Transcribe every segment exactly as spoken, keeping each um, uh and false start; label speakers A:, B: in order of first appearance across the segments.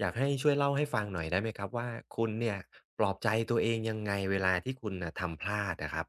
A: อยากให้ช่วยเล่าให้ฟังหน่อยได้ไหมครับว่าคุณเนี่ยปลอบใจตัวเองยังไงเวลาที่คุณน่ะทำพลาดอะครับ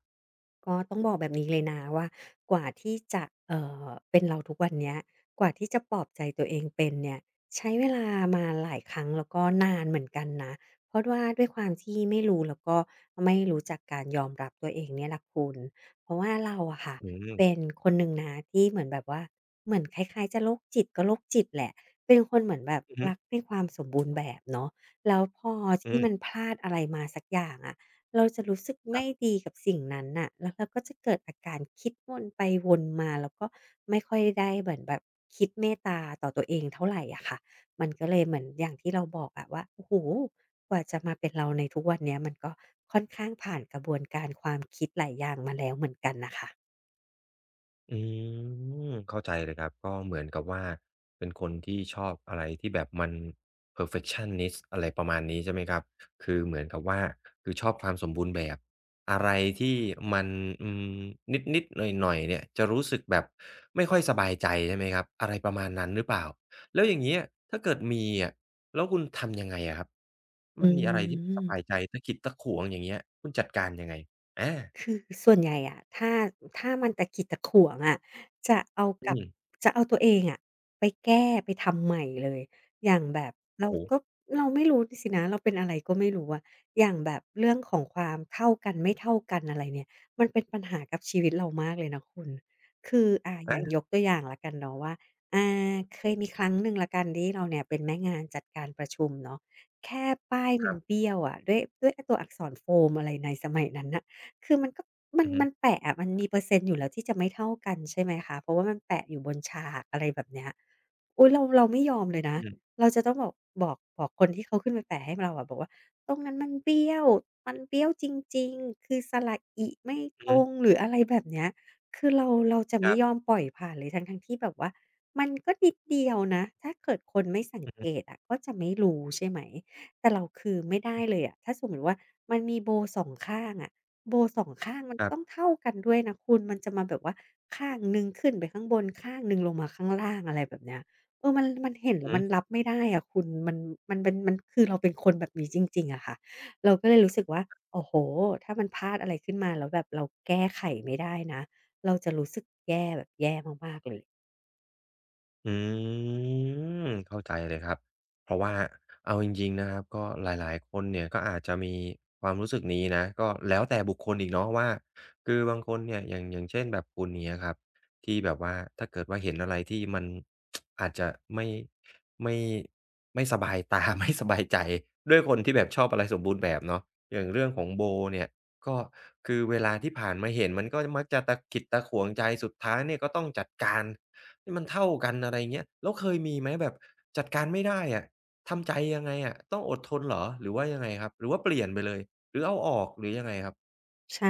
B: ก็ต้องบอกแบบนี้เลยนะว่ากว่าที่จะเอ่อเป็นเราทุกวันเนี้ยกว่าที่จะปลอบใจตัวเองเป็นเนี่ยใช้เวลามาหลายครั้งแล้วก็นานเหมือนกันนะเพราะว่าด้วยความที่ไม่รู้แล้วก็ไม่รู้จักการยอมรับตัวเองเนี่ยแหละคุณเพราะว่าเราอะค่ะ
A: อืม
B: เป็นคนหนึ่งนะที่เหมือนแบบว่าเหมือนคล้ายๆจะโรคจิตก็โรคจิตแหละเป็นคนเหมือนแบบ
A: อือฮึ
B: รักในความสมบูรณ์แบบเนาะแล้วพอ
A: อื
B: ที่
A: มค
B: มัน
A: รับ
B: พลาดอะไรมาสักอย่างอะ เราจะรู้สึกไม่ดีกับสิ่งนั้นน่ะแล้วเราก็จะเกิดอาการคิดวนไปวนมาแล้วก็ไม่ค่อยได้เหมือนแบบคิดเมตตาต่อตัวเองเท่าไรอะค่ะมันก็เลยเหมือนอย่างที่เราบอกอะว่าโอ้โฮกว่าจะมาเป็นเราในทุกวันเนี้ยมันก็ค่อนข้างผ่านกระบวนการความคิดหลายอย่างมาแล้วเหมือนกันน่ะค่ะ
A: อืมเข้าใจเลยครับก็เหมือนกับว่าเป็นคนที่ชอบอะไรที่แบบมัน perfectionist อะไรประมาณนี้ใช่ไหมครับคือเหมือนกับว่าคือชอบความสมบูรณ์แบบอะไรที่มันอืมนิดๆหน่อยๆเนี่ยจะรู้สึกแบบไม่ค่อยสบายใจใช่ไหมครับอะไรประมาณนั้นหรือเปล่าแล้วอย่างเงี้ยถ้าเกิดมีอะแล้วคุณทำยังไงอะครับ
B: อื
A: มันมีอะไรที่ไม่สบาย
B: ม
A: ใจตะขิดตะขวงอย่างเงี้ยคุณจัดการยังไงอา
B: คือส่วนใหญ่อะถ้าถ้ามันตะขิดตะขวงอะจะเอา
A: อื
B: กลับ
A: ม
B: จะเอาตัวเองอะไปแก้ไปทำใหม่เลยอย่างแบบ
A: โอ้
B: เรา
A: โฮ
B: ก็เราไม่รู้สินะเราเป็นอะไรก็ไม่รู้อะอย่างแบบเรื่องของความเท่ากันไม่เท่ากันอะไรเนี่ยมันเป็นปัญหากับชีวิตเรามากเลยนะคุณคืออ่าอย่างย
A: อา
B: กตัวอย่างแล้วกันเนาะว่าอ่าเคยมีครั้งหนึ่งแล้วกันที่เราเนี่ยเป็นแม่งานจัดการประชุมเนาะแค่ป้าย
A: ค
B: มั
A: รั
B: น
A: บ
B: เบี้ยวอะด้วยด้วยไอ้ตัวอักษรโฟมอะไรในสมัยนั้นน่ะ คือมันก็มัน
A: อือฮึ
B: มันแปะอะมันมีเปอร์เซ็นต์อยู่แล้วที่จะไม่เท่ากันใช่ไหมคะเพราะว่ามันแปะอยู่บนฉากอะไรแบบเนี้ยอุ๊ยเราเราไม่ยอมเลยนะ
A: อืม
B: เราจะต้องบอกบอกบอกคนที่เขาขึ้นไปแปะให้เราอะบอกว่าตรงนั้นมันเบี้ยวมันเบี้ยวจริงๆคือสระอิไม่
A: อือ
B: ตร
A: ฮึ
B: งหรืออะไรแบบเนี้ยคือเราเราจะ
A: ค
B: ไม่
A: รั
B: ยอม
A: บ
B: ปล่อยผ่านเลยทั้งๆที่แบบว่ามันก็นิดเดียวนะถ้าเกิดคนไม่สัง
A: อือฮึ
B: เกตอะก็จะไม่รู้ใช่ไหมแต่เราคือไม่ได้เลยอะถ้าสมมุติว่ามันมีโบว์สองข้างอะ โบว์สองข้างมัน
A: ค
B: ก็
A: รับ
B: ต้องเท่ากันด้วยนะคุณมันจะมาแบบว่าข้างหนึ่งขึ้นไปข้างบนข้างหนึ่งลงมาข้างล่างอะไรแบบเนี้ยเออมันมันเห็นแล้
A: อือ
B: ว
A: ฮึ
B: มันรับไม่ได้อะคุณมันมันเป็นมันคือเราเป็นคนแบบนี้จริงๆอะค่ะเราก็เลยรู้สึกว่าโอ้โฮถ้ามันพลาดอะไรขึ้นมาแล้วแบบเราแก้ไขไม่ได้นะเราจะรู้สึกแย่แบบแย่มากๆเลย
A: อืมเข้าใจเลยครับเพราะว่าเอาจริงๆนะครับก็หลายๆคนเนี่ยก็อาจจะมีความรู้สึกนี้นะก็แล้วแต่บุคคลอีกเนาะว่าคือบางคนเนี่ยอย่างอย่างเช่นแบบคุณเนี้ยครับที่แบบว่าถ้าเกิดว่าเห็นอะไรที่มัน อาจจะไม่ไม่ไม่สบายตา ไม่สบายใจด้วยคนที่แบบชอบอะไรสมบูรณ์แบบเนาะอย่างเรื่องของโบเนี่ยก็คือเวลาที่ผ่านมาเห็นมันก็มักจะตะขิดตะขวงใจสุดท้ายเนี่ยก็ต้องจัดการ ที่มันเท่ากันอะไรเงี้ยแล้วเคยมีไหมแบบจัดการไม่ได้อะทำใจยังไงอะต้องอดทนเหรอ หรือว่ายังไงครับ หรือว่าเปลี่ยนไปเลย หรือเอาออกหรือยังไงครับ
B: ใช่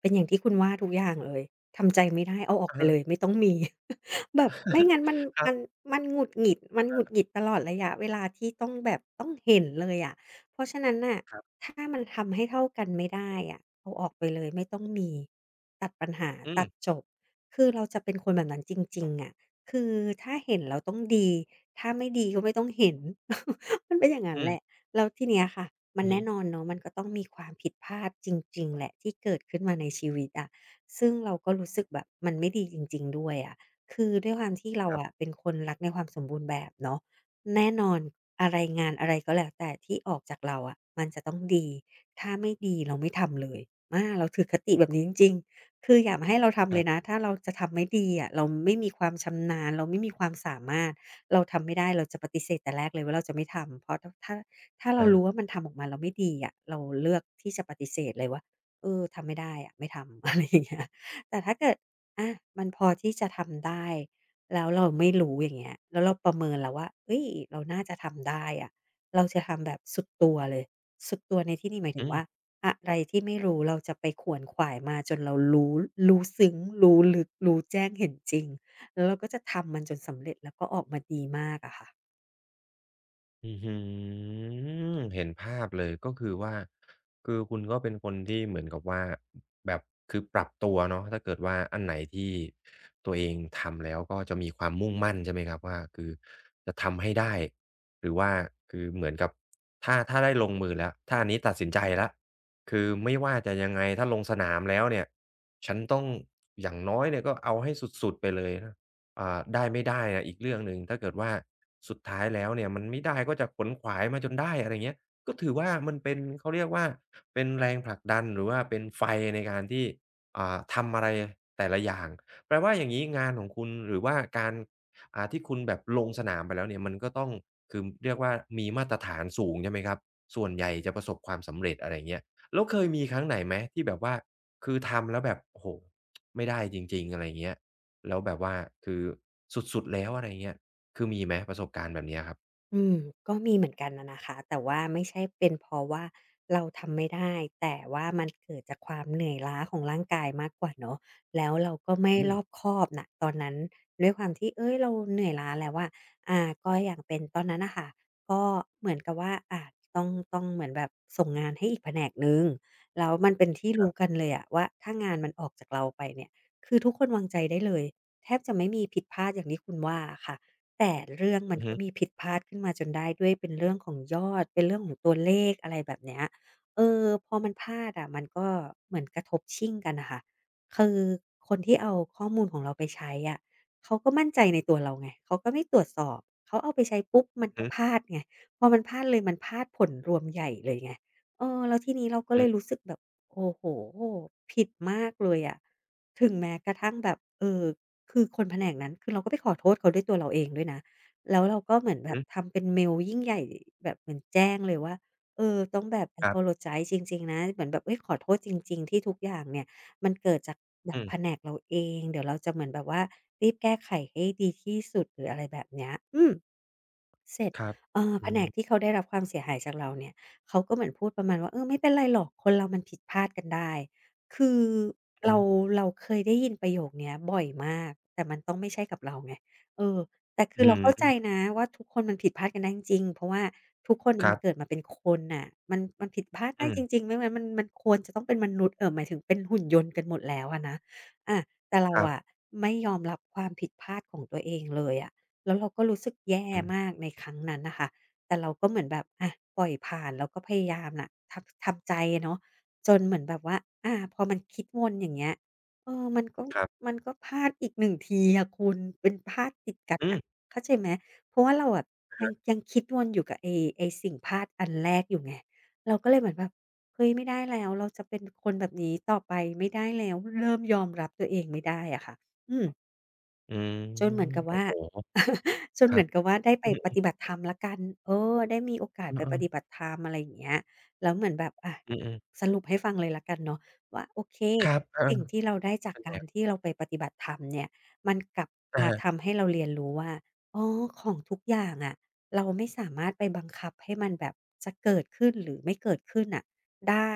B: เป็นอย่างที่คุณว่าทุกอย่างเลยทำใจไม่ได้เอาออก
A: อะ
B: ไป
A: ฮะ
B: เลยไม่ต้องมี แบบไม่งั้นมัน
A: ครั
B: มัน
A: บ
B: มันหงุดหงิดมันหงุดหงิดตลอดระยะเวลาที่ต้องแบบต้องเห็นเลยอะเพราะฉะนั้นน่ะ
A: ครับ
B: ถ้ามันทำให้เท่ากันไม่ได้อะเอาออกไปเลยไม่ต้องมีตัดปัญหา
A: อื
B: ตัด
A: ม
B: จบคือเราจะเป็นคนแบบนั้นจริงๆอะคือถ้าเห็นเราต้องดีถ้าไม่ดีก็ไม่ต้องเห็น มันเป็นอย่างนั้
A: อื
B: นแหละ
A: ม
B: แล้วทีเนี้ยค่ะมัน
A: อือฮึ
B: แน่นอนเนาะมันก็ต้องมีความผิดพลาดจริงๆแหละที่เกิดขึ้นมาในชีวิตอะซึ่งเราก็รู้สึกแบบมันไม่ดีจริงๆด้วยอะคือด้วยความที่เรา
A: ครั
B: อะ
A: บ
B: เป็นคนรักในความสมบูรณ์แบบเนาะแน่นอนอะไรงานอะไรก็แล้วแต่ที่ออกจากเราอะมันจะต้องดีถ้าไม่ดีเราไม่ทำเลยอาเราถือคติแบบนี้จริงๆคืออย่ามาให้เราทำ
A: ค
B: เล
A: รั
B: ยนะ
A: บ
B: ถ้าเราจะทำไม่ดีอะเราไม่มีความชำนาญเราไม่มีความสามารถเราทำไม่ได้เราจะปฏิเสธแต่แรกเลยว่าเราจะไม่ทำเพราะถ้าถ้า ถ้าเรา
A: อา
B: รู้ว่ามันทำออกมาแล้วไม่ดีอะเราเลือกที่จะปฏิเสธเลยว่าเออทำไม่ได้อะไม่ทำ อะไรอย่างเงี้ยแต่ถ้าเกิดอามันพอที่จะทำได้แล้วเราไม่รู้อย่างเงี้ยแล้วเราประเมินแล้วว่าเฮ้ยเราน่าจะทำได้อะเราจะทำแบบสุดตัวเลยสุดตัวในที่นี้หมายถึ
A: อื
B: งว่า
A: ม
B: อะไรที่ไม่รู้เราจะไปขวนขวายมาจนเรารู้รู้ซึ้งรู้ลึกรู้แจ้งเห็นจริงแล้วเราก็จะทำมันจนสำเร็จแล้วก็ออกมาดีมากอะค่ะ
A: อื้อฮือเห็นภาพเลยก็คือว่าคือคุณก็เป็นคนที่เหมือนกับว่าแบบคือปรับตัวเนาะถ้าเกิดว่าอันไหนที่ตัวเองทำแล้วก็จะมีความมุ่งมั่นใช่ไหมครับว่าคือจะทำให้ได้หรือว่าคือเหมือนกับถ้าถ้าได้ลงมือแล้วถ้าอันนี้ตัดสินใจแล้วคือไม่ว่าจะยังไงถ้าลงสนามแล้วเนี่ยฉันต้องอย่างน้อยเนี่ยก็เอาให้สุดๆไปเลยนะ อ่าได้ไม่ได้อะอีกเรื่องหนึ่งถ้าเกิดว่าสุดท้ายแล้วเนี่ยมันไม่ได้ก็จะขวนขวายมาจนได้อะไรเงี้ยก็ถือว่ามันเป็นเขาเรียกว่าเป็นแรงผลักดันหรือว่าเป็นไฟในการที่อ่าทำอะไรแต่ละอย่างแปลว่าอย่างงี้งานของคุณหรือว่าการอ่าที่คุณแบบลงสนามไปแล้วเนี่ยมันก็ต้องคือเรียกว่ามีมาตรฐานสูงใช่ไหมครับส่วนใหญ่จะประสบความสำเร็จอะไรเงี้ยแล้วเคยมีครั้งไหนไหมที่แบบว่าคือทำแล้วแบบโอ้โฮไม่ได้จริงๆอะไรเงี้ย แล้วแบบว่าคือสุดๆแล้วอะไรเงี้ยคือมีไหมประสบการณ์แบบเนี้ยครับ
B: อืมก็มีเหมือนกันนะนะคะแต่ว่าไม่ใช่เป็นเพราะว่าเราทำไม่ได้แต่ว่ามันเกิดจากความเหนื่อยล้าของร่างกายมากกว่าเนาะแล้วเราก็ไม่
A: อื
B: ร
A: ม
B: อบคอบน่ะตอนนั้นด้วยความที่เฮ้ยเราเหนื่อยล้าแล้วอะอ่าก็อย่างเป็นตอนนั้นน่ะค่ะก็เหมือนกับว่าอาต้องต้องเหมือนแบบส่งงานให้อีกแผนกหนึ่งแล้วมันเป็นที่รู้กันเลยอะว่าถ้างานมันออกจากเราไปเนี่ยคือทุกคนวางใจได้เลยแทบจะไม่มีผิดพลาดอย่างที่คุณว่าอะค่ะ แต่เรื่องมั
A: อื
B: น
A: อ
B: ก็
A: ฮึ
B: มีผิดพลาดขึ้นมาจนได้ด้วยเป็นเรื่องของยอดเป็นเรื่องของตัวเลขอะไรแบบเนี้ยเออพอมันพลาดอะมันก็เหมือนกระทบชิ่งกันน่ะค่ะคือคนที่เอาข้อมูลของเราไปใช้อะเขาก็มั่นใจในตัวเราไงเขาก็ไม่ตรวจสอบเขาเอาไปใช้ปุ๊บมัน
A: อื
B: ก็
A: อ
B: พ
A: ฮึ
B: ลาดไงพอมันพลาดเลยมันพลาดผลรวมใหญ่เลยไงเออแล้วทีนี้เรา
A: อื
B: ก็
A: อ
B: เลย
A: ฮึ
B: รู้สึกแบบโอ้โฮผิดมากเลยอะถึงแม้กระทั่งแบบเอ่อ คือคนแผนกนั้นคือเราก็ไปขอโทษเขาด้วยตัวเราเองด้วยนะแล้วเราก็เหมือนแบบทำเป็นเมลยิ่งใหญ่แบบเหมือนแจ้งเลยว่าเออต้องแบบ
A: ครับ
B: apologize จริงๆนะเหมือนแบบเฮ้ยขอโทษจริงๆที่ทุกอย่างเนี่ยมันเกิดจากแบ
A: อื
B: บ
A: ม
B: แผนกเราเองเดี๋ยวเราจะเหมือนแบบว่ารีบแก้ไขให้ดีที่สุดหรืออะไรแบบเนี้ยอืม เสร็จ
A: ครับ
B: เอ่อ
A: อื
B: แผนกที่
A: ม
B: เขาได้รับความเสียหายจากเราเนี่ยเขาก็เหมือนพูดประมาณว่าเออไม่เป็นไรหรอกคนเรามันผิดพลาดกันได้คือ
A: อื
B: เรา
A: ม
B: เราเคยได้ยินประโยคเนี้ยบ่อยมาก แต่มันต้องไม่ใช่กับเราไงเออแต่คื
A: อื้อ
B: อ
A: ฮื
B: เราเข้าใจ
A: อ
B: นะว่าทุกคนมันผิดพลาดกันได้จริงๆเพราะว่าทุกคน
A: ค
B: มั
A: รั
B: นเกิด
A: บ
B: มาเป็นคนน่ะมันมันผิดพลาดได้
A: อื
B: จ
A: ม
B: ริงๆไม่งั้นมันมันควรจะต้องเป็นมนุษย์เอ่อหมายถึงเป็นหุ่นยนต์กันหมดแล้วอะนะอาแต่เรา
A: ครั
B: อะ
A: บ
B: ไม่ยอมรับความผิดพลาดของตัวเองเลยอะ แล้วเราก็รู้สึกแย่
A: อืม
B: มากในครั้งนั้นน่ะค่ะแต่เราก็เหมือนแบบอะปล่อยผ่านแล้วก็พยายามน่ะทำทำใจอะเนาะจนเหมือนแบบว่าอาพอมันคิดวนอย่างเงี้ยเออมันก็
A: ครับ
B: มันก็พลาดอีกหนึ่งทีอะคุณเป็นพลาดติดกัน
A: อืม
B: น่ะเข้าใจไหมเพราะว่าเราอะ
A: อะ
B: ยัง
A: ฮะ
B: ยังคิดวนอยู่กับไอ้ไอ้สิ่งพลาดอันแรกอยู่ไงเราก็เลยเหมือนแบบเฮ้ยไม่ได้แล้วเราจะเป็นคนแบบนี้ต่อไปไม่ได้แล้วเริ่มยอมรับตัวเองไม่ได้อะค่ะอืม
A: อืม
B: จนเหมือนกับ
A: โอ้
B: ว่า
A: โฮ
B: จน
A: ค
B: เห
A: รั
B: มื
A: บ
B: อนกับว่าได้ไป
A: อื
B: ป
A: อ
B: ฏิบัติธรรมและกันเออได้มีโอกาส
A: เอ
B: ไปปฏิ
A: อ
B: บัติธรรมอะไรอย่างเงี้ยแล้วเหมือนแบบอะ
A: ๆอืม
B: สรุปให้ฟังเลยละวกันเนาะว่าโอเค
A: ๆครับเออ
B: สิ่งที่เราได้
A: ๆ
B: จาก
A: เป็นไง
B: การ
A: ครับ
B: ที่เราไปปฏิบัติธรรมเนี่ยมันกลับ
A: อะ
B: มา
A: ฮะ
B: ทำให้เราเรียนรู้ว่าอ๋อของทุกอย่างอะะเราไม่สามารถไปบังคับให้มันแบบจะเกิดขึ้นหรือไม่เกิดขึ้นอ่ะได้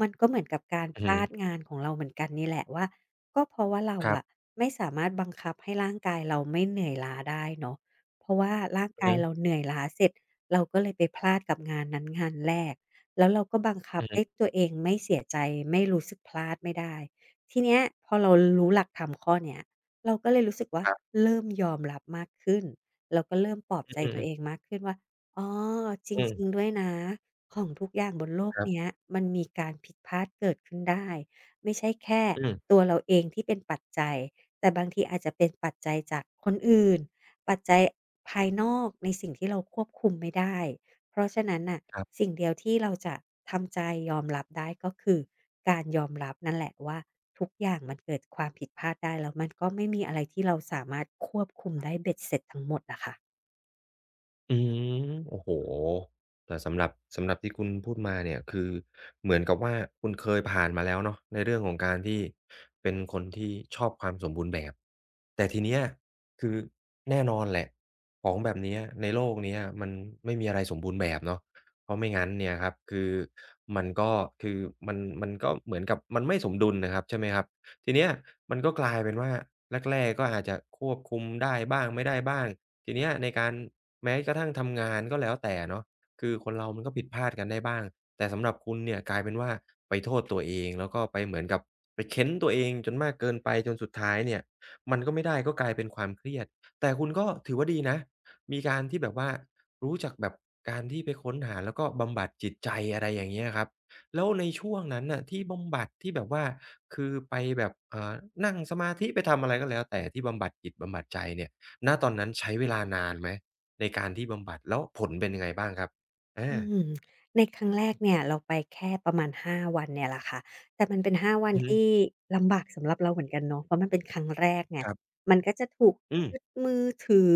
B: มันก็เหมือนกับการ
A: อื
B: พ
A: อฮึ
B: ลาดงานของเราเหมือนกันนี่แหละว่า ก็เพราะว่าเรา
A: ครั
B: อะ
A: บ
B: ไม่สามารถบังคับให้ร่างกายเราไม่เหนื่อยล้าได้เนาะเพราะว่าร่าง
A: อือ
B: กาย
A: ฮึ
B: เราเหนื่อยล้าเสร็จเราก็เลยไปพลาดกับงานนั้นงานแรกแล้วเราก็บังคั
A: อื
B: บ
A: อ
B: ให้
A: ฮึ
B: ตัวเองไม่เสียใจไม่รู้สึกพลาดไม่ได้ทีเนี้ยพอเรารู้หลักธรรมข้อเนี้ยเราก็เลยรู้สึกว่า
A: ครับ
B: เริ่มยอมรับมากขึ้นเราก็เริ่มปลอบ
A: อื
B: ใจตั
A: อ
B: วเอ
A: ๆๆ
B: งมากขึ้นว่าอ๋อจร
A: อื
B: ิง
A: ม
B: ๆด้วยนะของทุกอย่างบนโลก
A: ครั
B: เนี้ย
A: บ
B: มันมีการผิดพลาดเกิดขึ้นได้ไม่ใช่แค่
A: อืม
B: ตัวเราเองที่เป็นปัจจัย แต่บางทีอาจจะเป็นปัจจัยจากคนอื่น ปัจจัยภายนอกในสิ่งที่เราควบคุมไม่ได้เพราะฉะนั้นน่ะ
A: ครับ
B: สิ่งเดียวที่เราจะทำใจยอมรับได้ก็คือการยอมรับนั่นแหละว่าทุกอย่างมันเกิดความผิดพลาดได้แล้วมันก็ไม่มีอะไรที่เราสามารถควบคุมได้เบ็ดเสร็จทั้งหมดอะค่ะ
A: อืมโอ้โฮแต่สำหรับสำหรับที่คุณพูดมาเนี่ยคือเหมือนกับว่าคุณเคยผ่านมาแล้วเนาะในเรื่องของการที่เป็นคนที่ชอบความสมบูรณ์แบบแต่ทีเนี้ยคือแน่นอนแหละของแบบเนี้ยในโลกเนี้ยมันไม่มีอะไรสมบูรณ์แบบเนาะเพราะไม่งั้นเนี่ยครับคือมันก็คือมันมันก็เหมือนกับมันไม่สมดุลนะครับใช่ไหมครับทีเนี้ยมันก็กลายเป็นว่าแรกๆก็อาจจะควบคุมได้บ้างไม่ได้บ้างทีเนี้ยในการ แม้กระทั่งทำงานก็แล้วแต่เนาะคือคนเรามันก็ผิดพลาดกันได้บ้างแต่สำหรับคุณเนี่ยกลายเป็นว่าไปโทษตัวเองแล้วก็ไปเหมือนกับไปเค้นตัวเองจนมากเกินไปจนสุดท้ายเนี่ยมันก็ไม่ได้ก็กลายเป็นความเครียดแต่คุณก็ถือว่าดีนะมีการที่แบบว่ารู้จักแบบการที่ไปค้นหาแล้วก็บำบัดจิตใจอะไรอย่างเงี้ยครับแล้วในช่วงนั้นน่ะที่บำบัดที่แบบว่าคือไปแบบเอ่อนั่งสมาธิไปทำอะไรก็แล้วแต่ที่บำบัดจิตบำบัดใจเนี่ยณตอนนั้นใช้เวลานานไหม ในการที่บำบัดแล้วผลเป็นยังไงบ้างครับ
B: อื
A: อา
B: มในครั้งแรกเนี่ยเราไปแค่ประมาณห้าวันเนี่ยแหละค่ะแต่มันเป็นห้าวัน
A: อือฮึ
B: ที่ลำบากสำหรับเราเหมือนกันเนาะเพราะมันเป็นครั้งแรกไง
A: ครับ
B: มันก็จะถูก
A: อืม
B: ยึดมือถือ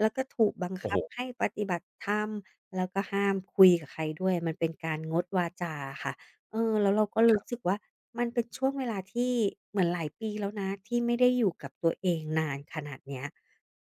B: แล้วก็ถูกบัง
A: โอ้
B: คั
A: โฮ
B: บให้ปฏิบัติธรรมแล้วก็ห้ามคุยกับใครด้วยมันเป็นการงดวาจาอะค่ะเออแล้วเราก็
A: ค
B: รู้
A: รับ
B: สึกว่ามันเป็นช่วงเวลาที่เหมือนหลายปีแล้วนะที่ไม่ได้อยู่กับตัวเองนานขนาดเนี้ย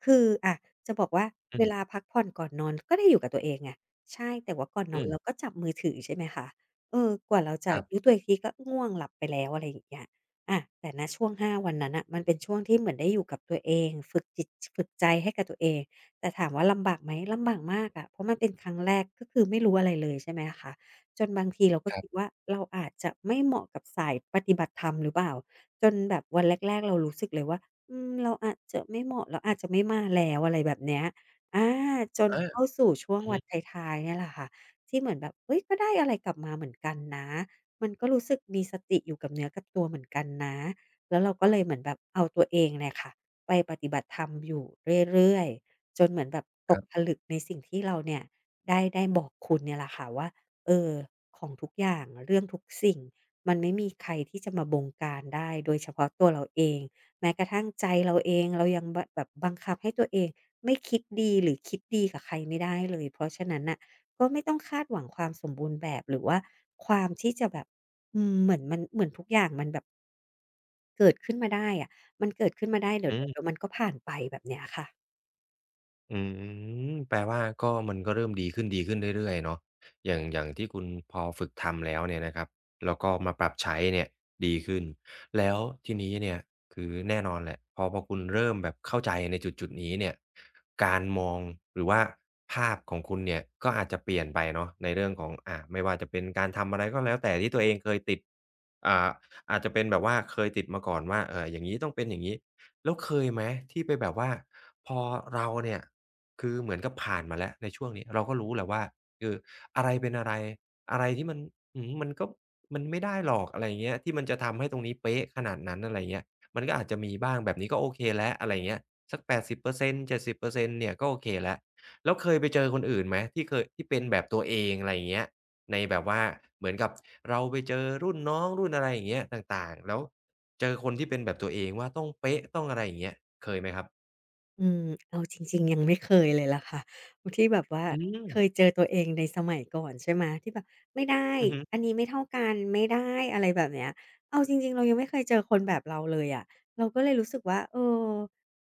B: คืออะจะบอกว่า
A: อื
B: เวลา
A: ม
B: พักผ่อนก่อนนอนก็ได้อยู่กับตัวเองไง ใช่แต่ว่าก่อนน
A: อื
B: อนเรา
A: ม
B: ก็จับมือถือใช่ไหมคะเออกว่าเรา
A: ครั
B: จะ่
A: บ
B: รู้ตัวอีกทีก็ง่วงหลับไปแล้วอะไรอย่างเงี้ยอาแต่ณช่วงห้าวันนั้นน่ะมันเป็นช่วงที่เหมือนได้อยู่กับตัวเองฝึกจิตฝึกใจให้กับตัวเองแต่ถามว่าลำบากไหมลำบากมากอะเพราะมันเป็นครั้งแรกก็คือไม่รู้อะไรเลยใช่ไหมคะจนบางทีเราก็
A: ครั
B: คิด
A: บ
B: ว่าเราอาจจะไม่เหมาะกับสายปฏิบัติธรรมหรือเปล่าจนแบบวันแรกๆเรารู้สึกเลยว่าอืมเราอาจจะไม่เหมาะเราอาจจะไม่มาแล้วอะไรแบบเนี้ย อาจน
A: อา
B: เข้าสู่ช่วง
A: อือ
B: วั
A: ฮึ
B: ดท้ายๆเนี่ยแหละค่ะที่เหมือนแบบเฮ้ยก็ได้อะไรกลับมาเหมือนกันนะมันก็รู้สึกมีสติอยู่กับเนื้อกับตัวเหมือนกันนะแล้วเราก็เลยเหมือนแบบเอาตัวเองเนี่ยค่ะไปปฏิบัติธรรมอยู่เรื่อยๆจนเหมือนแบบต
A: ค
B: ก
A: รั
B: ผ
A: บ
B: ลึกในสิ่งที่เราเนี่ยได้ได้บอกคุณเนี่ยแหละค่ะว่าเออของทุกอย่างเรื่องทุกสิ่งมันไม่มีใครที่จะมาบงการได้โดยเฉพาะตัวเราเองแม้กระทั่งใจเราเองเรายังบแบบบังคับให้ตัวเอง ไม่คิดดีหรือคิดดีกับใครไม่ได้เลยเพราะฉะนั้นน่ะก็ไม่ต้องคาดหวังความสมบูรณ์แบบหรือว่าความที่จะแบบอืมเหมือนมันเหมือนทุกอย่างมันแบบเกิดขึ้นมาได้อะมันเกิดขึ้นมาได้เดี๋ยว
A: อื
B: ๆเดี๋ยว
A: ม
B: มันก็ผ่านไปแบบเนี้ยค่ะ
A: อืมแปลว่าก็มันก็เริ่มดีขึ้นดีขึ้นเรื่อยๆเนาะอย่างอย่างที่คุณพอฝึกทำแล้วเนี่ยนะครับแล้วก็มาปรับใช้เนี่ยดีขึ้นแล้วทีนี้เนี่ยคือแน่นอนแหละพอพอคุณเริ่มแบบเข้าใจในจุดๆนี้เนี่ยการมองหรือว่าภาพของคุณเนี่ยก็อาจจะเปลี่ยนไปเนาะในเรื่องของอ่าไม่ว่าจะเป็นการทำอะไรก็แล้วแต่ที่ตัวเองเคยติดอ่าอาจจะเป็นแบบว่าเคยติดมาก่อนว่าเอ่ออย่างงี้ต้องเป็นอย่างงี้แล้วเคยไหมที่ไปแบบว่าพอเราเนี่ย คือเหมือนกับผ่านมาแล้วในช่วงนี้เราก็รู้แหละว่าเอออะไรเป็นอะไรอะไรที่มันอืมมันก็มันไม่ได้หรอกอะไรอย่างเงี้ยที่มันจะทำให้ตรงนี้เป๊ะขนาดนั้นอะไรเงี้ยมันก็อาจจะมีบ้างแบบนี้ก็โอเคแล้วอะไรเงี้ยสักแปแปดสิบเปอร์เซ็นต์ เจ็ดสิบเปอร์เซ็นต์เปอร์เซ็นต์เจ็ดสิบเปอร์เซ็นต์เนี่ยก็โอเคแล้วแล้วเคยไปเจอคนอื่นไหมที่เคยที่เป็นแบบตัวเองอะไรอย่างเงี้ยในแบบว่าเหมือนกับเราไปเจอรุ่นน้องรุ่นอะไรอย่างเงี้ยต่างๆแล้วเจอคนที่เป็นแบบตัวเองว่าต้องเป๊ะต้องอะไรอย่างเงี้ยเคยไหมครับ
B: อืมเอาจริงๆยังไม่เคยเลยล่ะค่ะที่แบบว่า
A: อื
B: เคย
A: ม
B: เจอตัวเองในสมัยก่อนใช่ไหมที่แบบไม่ได้
A: อือฮึ
B: อันนี้ไม่เท่ากันไม่ได้อะไรแบบเนี้ยเอาจริงๆเรายังไม่เคยเจอคนแบบเราเลยอะเราก็เลยรู้สึกว่าเออ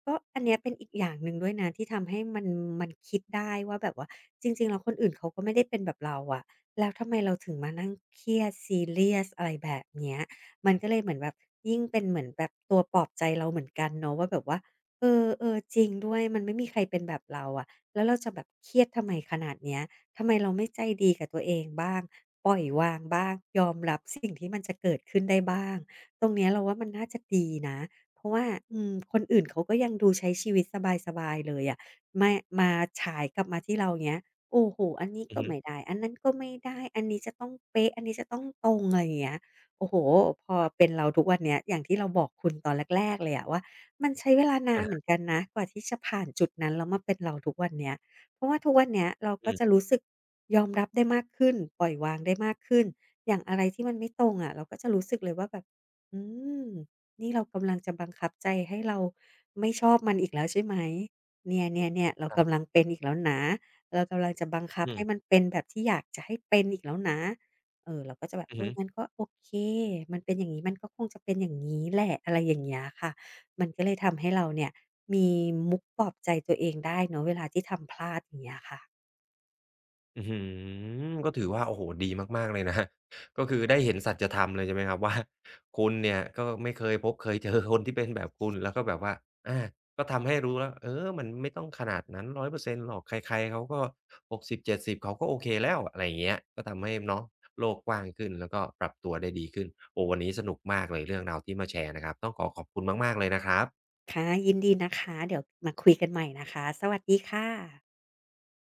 B: ก็อันเนี้ยเป็นอีกอย่างหนึ่งด้วยนะที่ทำให้มันมันคิดได้ว่าแบบว่าจริงๆแล้วคนอื่นเขาก็ไม่ได้เป็นแบบเราอะแล้วทำไมเราถึงมานั่งเครียดซีเรียสอะไรแบบเนี้ยมันก็เลยเหมือนแบบยิ่งเป็นเหมือนแบบตัวปลอบใจเราเหมือนกันเนาะว่าแบบว่า เออเออจริงด้วยมันไม่มีใครเป็นแบบเราอะแล้วเราจะแบบเครียดทำไมขนาดเนี้ยทำไมเราไม่ใจดีกับตัวเองบ้างปล่อยวางบ้างยอมรับสิ่งที่มันจะเกิดขึ้นได้บ้างตรงเนี้ยเราว่ามันน่าจะดีนะเพราะว่าอืมคนอื่นเขาก็ยังดูใช้ชีวิตสบายๆเลยอะมามาฉายกลับมาที่เราเงี้ยโอ้โฮอันนี้ก็ไม่
A: ๆ
B: ได้อันนั้นก็ไม่ได้อันนี้จะต้องเป๊ะอันนี้จะต้องตรงอะไรอย่างเงี้ยโอ้โฮพอเป็นเราทุกวันเนี้ยอย่างที่เราบอกคุณตอนแรกๆเลยอะว่า มันใช้เวลานาน
A: อา
B: เหมือนกันนะกว่าที่จะผ่านจุดนั้นแล้วมาเป็นเราทุกวันเนี้ยเพราะว่าทุกวันเนี้ยเราก็
A: อื
B: จะ
A: ม
B: รู้สึกยอมรับได้มากขึ้นปล่อยวางได้มากขึ้นอย่างอะไรที่มันไม่ตรงอะเราก็จะรู้สึกเลยว่าแบบอืมนี่เรากำลังจะบังคับใจให้เราไม่ชอบมันอีกแล้วใช่ไหมเนี่ยๆๆเรา
A: ครั
B: กำลัง
A: บ
B: เป็นอีกแล้วนะเรากำลังจะบังคับ
A: อื
B: ให้มัน
A: ม
B: เป็นแบบที่อยากจะให้เป็นอีกแล้วนะเอ่อเราก็จะแบบ
A: อือ
B: เออ
A: ฮึ
B: งั้นก็โอเคมันเป็นอย่างงี้มันก็คงจะเป็นอย่างงี้แหละอะไรอย่างเงี้ยค่ะ มันก็เลยทำให้เราเนี่ยมีมุกปลอบใจตัวเองได้เนาะเวลาที่ทำพลาดอย่างเงี้ยค่ะ
A: อื้อฮือก็ถือว่าโอ้โฮดีมากๆเลยนะ ก็คือได้เห็นสัจธรรมเลยใช่ไหมครับว่า คุณเนี่ยก็ไม่เคยพบเคยเจอคนที่เป็นแบบคุณแล้วก็แบบว่าอาก็ทำให้รู้แล้วเออมันไม่ต้องขนาดนั้นหนึ่งร้อยเปอร์เซ็นต์หรอกใครๆเขาก็หกสิบถึงเจ็ดสิบเจ็ดสิบเขาก็โอเคแล้วอะไรอย่างเงี้ยก็ทำให้เนาะโลกกว้างขึ้นแล้วก็ปรับตัวได้ดีขึ้นโอ้วันนี้สนุกมากเลยเรื่องราวที่มาแชร์นะครับต้องขอขอบคุณมากๆเลยนะครับ
B: ค่ะยินดีนะคะเดี๋ยวมาคุยกันใหม่นะคะสวัสดีค่ะ